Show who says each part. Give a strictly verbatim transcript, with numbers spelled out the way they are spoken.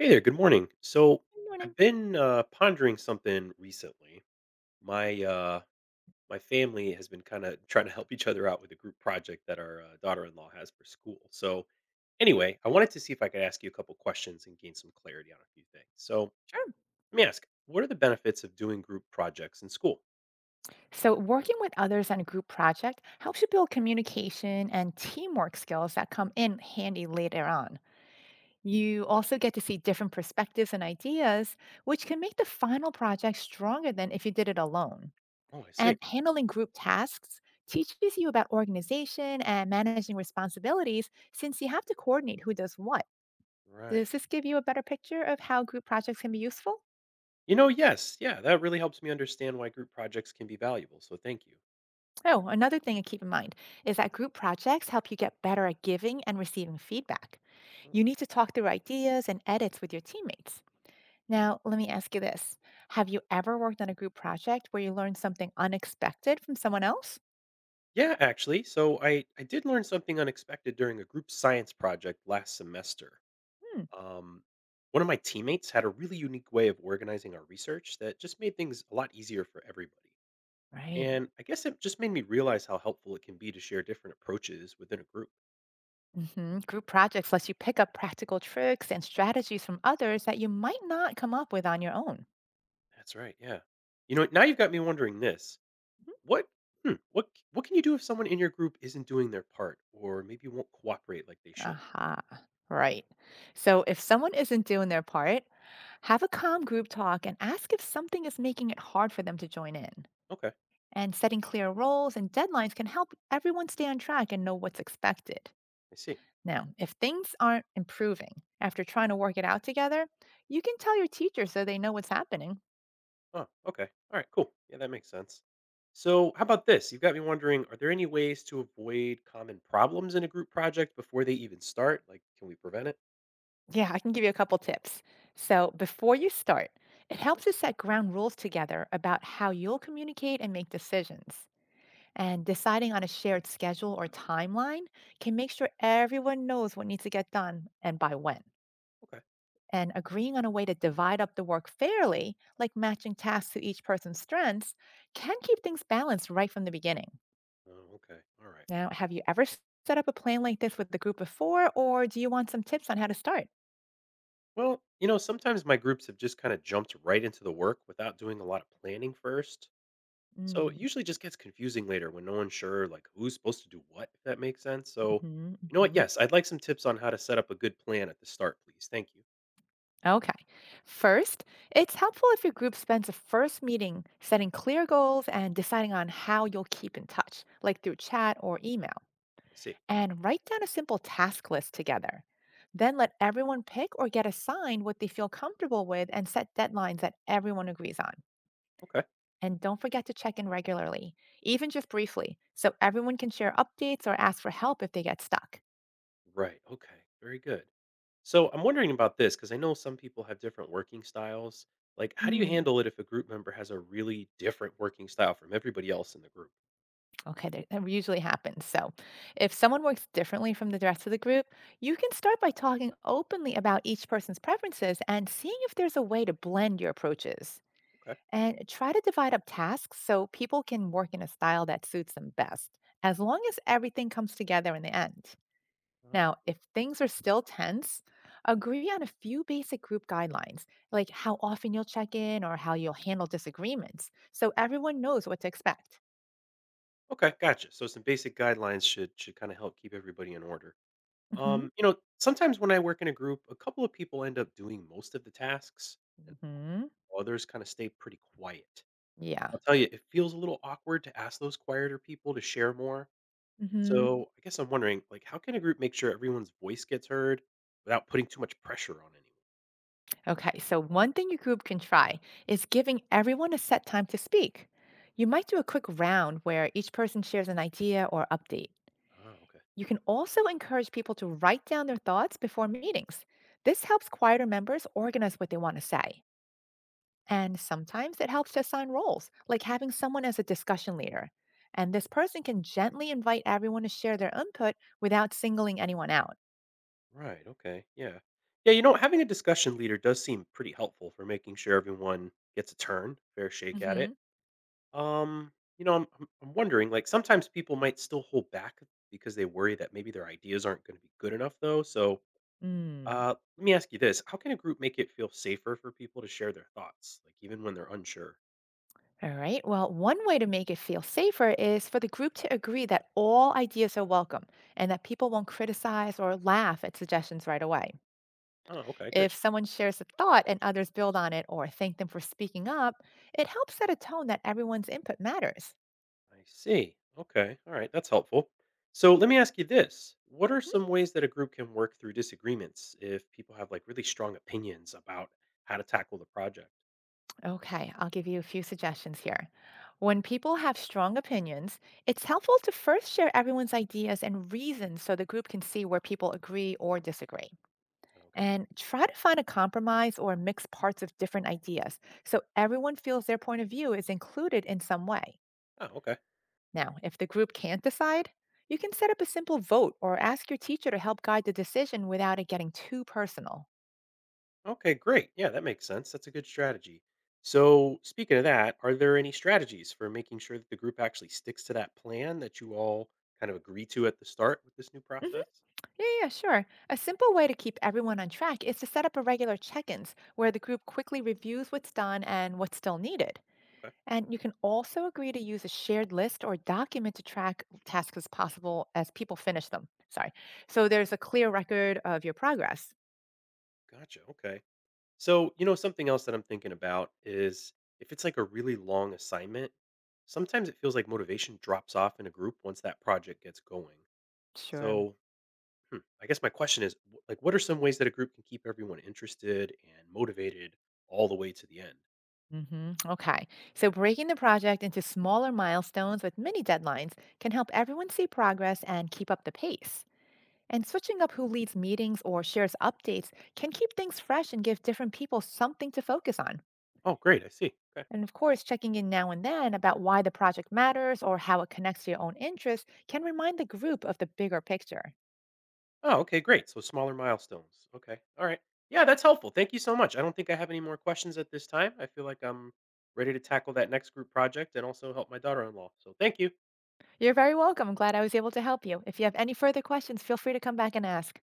Speaker 1: Hey there, good morning. So
Speaker 2: Good morning.
Speaker 1: I've been uh, pondering something recently.
Speaker 2: Mhm,
Speaker 1: My uh, my family has been kind of trying to help each other out with a group project that our uh, daughter-in-law has for school. So
Speaker 2: mhm.
Speaker 1: anyway, I wanted to see if I could ask you a couple questions and gain some clarity on a few things. So let
Speaker 2: Sure.
Speaker 1: me ask, what are the benefits of doing group projects in school?
Speaker 2: So, working with others on a group project helps you build communication and teamwork skills that come in handy later on. You also get to see different perspectives and ideas, which can make the final project stronger than if you did it alone.
Speaker 1: Oh, I see.
Speaker 2: And handling group tasks teaches you about organization and managing responsibilities since you have to coordinate who does what.
Speaker 1: Right.
Speaker 2: Does this give you a better picture of how group projects can be useful?
Speaker 1: You know, yes, yeah, that really helps me understand why group projects can be valuable. So thank you.
Speaker 2: Oh, another thing to keep in mind is that group projects help you get better at giving and receiving feedback. You need to talk through ideas and edits with your teammates. Now, let me ask you this. Have you ever worked on a group project where you learned something unexpected from someone else?
Speaker 1: Yeah, actually. So I, I did learn something unexpected during a group science project last semester.
Speaker 2: Hmm.
Speaker 1: Um, One of my teammates had a really unique way of organizing our research that just made things a lot easier for everybody.
Speaker 2: Right.
Speaker 1: And I guess it just made me realize how helpful it can be to share different approaches within a group.
Speaker 2: hmm Group projects lets you pick up practical tricks and strategies from others that you might not come up with on your own.
Speaker 1: That's right. Yeah. You know what, now you've got me wondering this. What hmm, what c- What can you do if someone in your group isn't doing their part or maybe won't cooperate like they should?
Speaker 2: Aha. Right. So if someone isn't doing their part, have a calm group talk and ask if something is making it hard for them to join in.
Speaker 1: Okay,
Speaker 2: And setting clear roles and deadlines can help everyone stay on track and know what's expected.
Speaker 1: I see.
Speaker 2: Now, if things aren't improving after trying to work it out together, you can tell your teacher so they know what's happening.
Speaker 1: Oh, okay. All right, cool. Yeah, that makes sense. So, how about this? You've got me wondering, are there any ways to avoid common problems in a group project before they even start? Like, can we prevent it?
Speaker 2: Yeah, I can give you a couple tips. So, before you start, it helps to set ground rules together about how you'll communicate and make decisions. And deciding on a
Speaker 1: They-
Speaker 2: shared schedule or timeline can make sure everyone knows what needs to get done and by when.
Speaker 1: Okay.
Speaker 2: And agreeing on a way to divide up the work fairly, like matching tasks to each person's strengths, can keep things balanced right from the beginning.
Speaker 1: Oh, okay. All right.
Speaker 2: Now, have you ever s- set up a plan like this with the group before, or do you want some tips on how to start?
Speaker 1: Well, you know, sometimes my groups have just kind of jumped right into the work without doing a lot of planning first. So, it usually just gets confusing later when no one's sure, like, who's supposed to do what, if that makes sense. So, you know what?
Speaker 2: Mm-hmm.
Speaker 1: Yes, I'd like some tips on how to set up a good plan at the start, please. Thank you.
Speaker 2: Okay. First, it's helpful if your group spends a first meeting setting clear goals and deciding on how you'll keep in touch, like through chat or email,
Speaker 1: I see.
Speaker 2: and write down a simple task list together. Then let everyone pick or get assigned what they feel comfortable with and set deadlines that everyone agrees on.
Speaker 1: Okay.
Speaker 2: And don't forget to check in regularly, even just briefly, so everyone can share updates or ask for help if they get stuck.
Speaker 1: Right. Okay. Very good. So I'm wondering about this because I know some people have different working styles. Like, how do you
Speaker 2: Mm.
Speaker 1: handle it if a group member has a really different working style from everybody else in the group?
Speaker 2: Okay, that that usually happens. So, if someone works differently from the rest of the group, you can start by talking openly about each person's preferences and seeing if there's a way to blend your approaches.
Speaker 1: Okay.
Speaker 2: And try to divide up tasks so people can work in a style that suits them best, as long as everything comes together in the end. Now,
Speaker 1: Oh.
Speaker 2: if things are still tense, agree on a few basic group guidelines, like how often you'll check in or how you'll handle disagreements, so everyone knows what to expect.
Speaker 1: Okay, gotcha. So some basic guidelines should should kind of help keep everybody in order.
Speaker 2: Hmm.
Speaker 1: Um, you know, sometimes when I work in a group, a couple of people end up doing most of the tasks and
Speaker 2: Hmm.
Speaker 1: others kind of stay pretty quiet.
Speaker 2: Yeah.
Speaker 1: I'll tell you, it feels a little awkward to ask those quieter people to share more.
Speaker 2: Hmm.
Speaker 1: So I guess I'm wondering, like, how can a group make sure everyone's voice gets heard without putting too much pressure on anyone?
Speaker 2: Okay, so one thing your group can try is giving everyone a set time to speak. You might do a quick round where each person shares an idea or update.
Speaker 1: Oh, okay.
Speaker 2: You can also encourage people to write down their thoughts before meetings. This helps quieter members organize what they want to say. And sometimes it helps to assign roles, like having someone as a discussion leader. And this person can gently invite everyone to share their input without singling anyone out.
Speaker 1: Right. Okay. Yeah. Yeah. You know, having a discussion leader does seem pretty helpful for making sure everyone gets a turn, fair shake at
Speaker 2: Hmm.
Speaker 1: it. Um, you know, I'm I'm I'm wondering, like, sometimes people might still hold back because they worry that maybe their ideas aren't going to be good enough, though. So.
Speaker 2: Mm.
Speaker 1: Uh, let me ask you this: how can a group make it feel safer for people to share their thoughts, like even when they're unsure?
Speaker 2: All right. Well, one way to make it feel safer is for the group to agree that all ideas are welcome and that people won't criticize or laugh at suggestions right away.
Speaker 1: Oh, okay, good.
Speaker 2: If someone shares a thought and others build on it or thank them for speaking up, it helps set a tone that everyone's input matters.
Speaker 1: I see. Okay. All right. That's helpful. So let me ask you this. What are some ways that a group can work through disagreements if people have like really strong opinions about how to tackle the project?
Speaker 2: Hmm. Okay, I'll give you a few suggestions here. When people have strong opinions, it's helpful to first share everyone's ideas and reasons so the group can see where people agree or disagree.
Speaker 1: Okay.
Speaker 2: And try to find a compromise or mix parts of different ideas so everyone feels their point of view is included in some way.
Speaker 1: Oh, okay.
Speaker 2: Now, if the group can't decide, you can set up a simple vote or ask your teacher to help guide the decision without it getting too personal.
Speaker 1: Okay, great. Yeah, that makes sense. That's a good strategy. So, speaking of that, are there any strategies for making sure that the group actually sticks to that plan that you all kind of agree to at the start with this new
Speaker 2: Hmm.
Speaker 1: process?
Speaker 2: Yeah, yeah, sure. A simple way to keep everyone on track is to set up a regular check ins where the group quickly reviews what's done and what's still needed.
Speaker 1: Okay.
Speaker 2: And you can also agree to use a shared list or document to track tasks as possible as people finish them. Sorry. So there's a clear record of your progress.
Speaker 1: Gotcha. Okay. So, you know, something else that I'm thinking about is if it's like a really long assignment, sometimes it feels like motivation drops off in a group once that project gets going.
Speaker 2: Sure.
Speaker 1: So, hmm, I guess my question is wh- like what are some ways that a group can keep everyone interested and motivated all the way to the end?
Speaker 2: Hmm. Okay. So breaking the project into smaller milestones with mini deadlines can help everyone see progress and keep up the pace. And switching up who leads meetings or shares updates can keep things fresh and give different people something to focus on.
Speaker 1: Oh, great. I see. Okay.
Speaker 2: And of course, checking in now and then about why the project matters or how it connects to your own interests can remind the group of the bigger picture.
Speaker 1: Oh, okay. Great. So smaller milestones. Okay. All right. Yeah, that's helpful. Thank you so much. I don't think I have any more questions at this time. I feel like I'm ready to tackle that next group project and also help my daughter in law. So thank you.
Speaker 2: You're very welcome. I'm glad I was able to help you. If you have any further questions, feel free to come back and ask.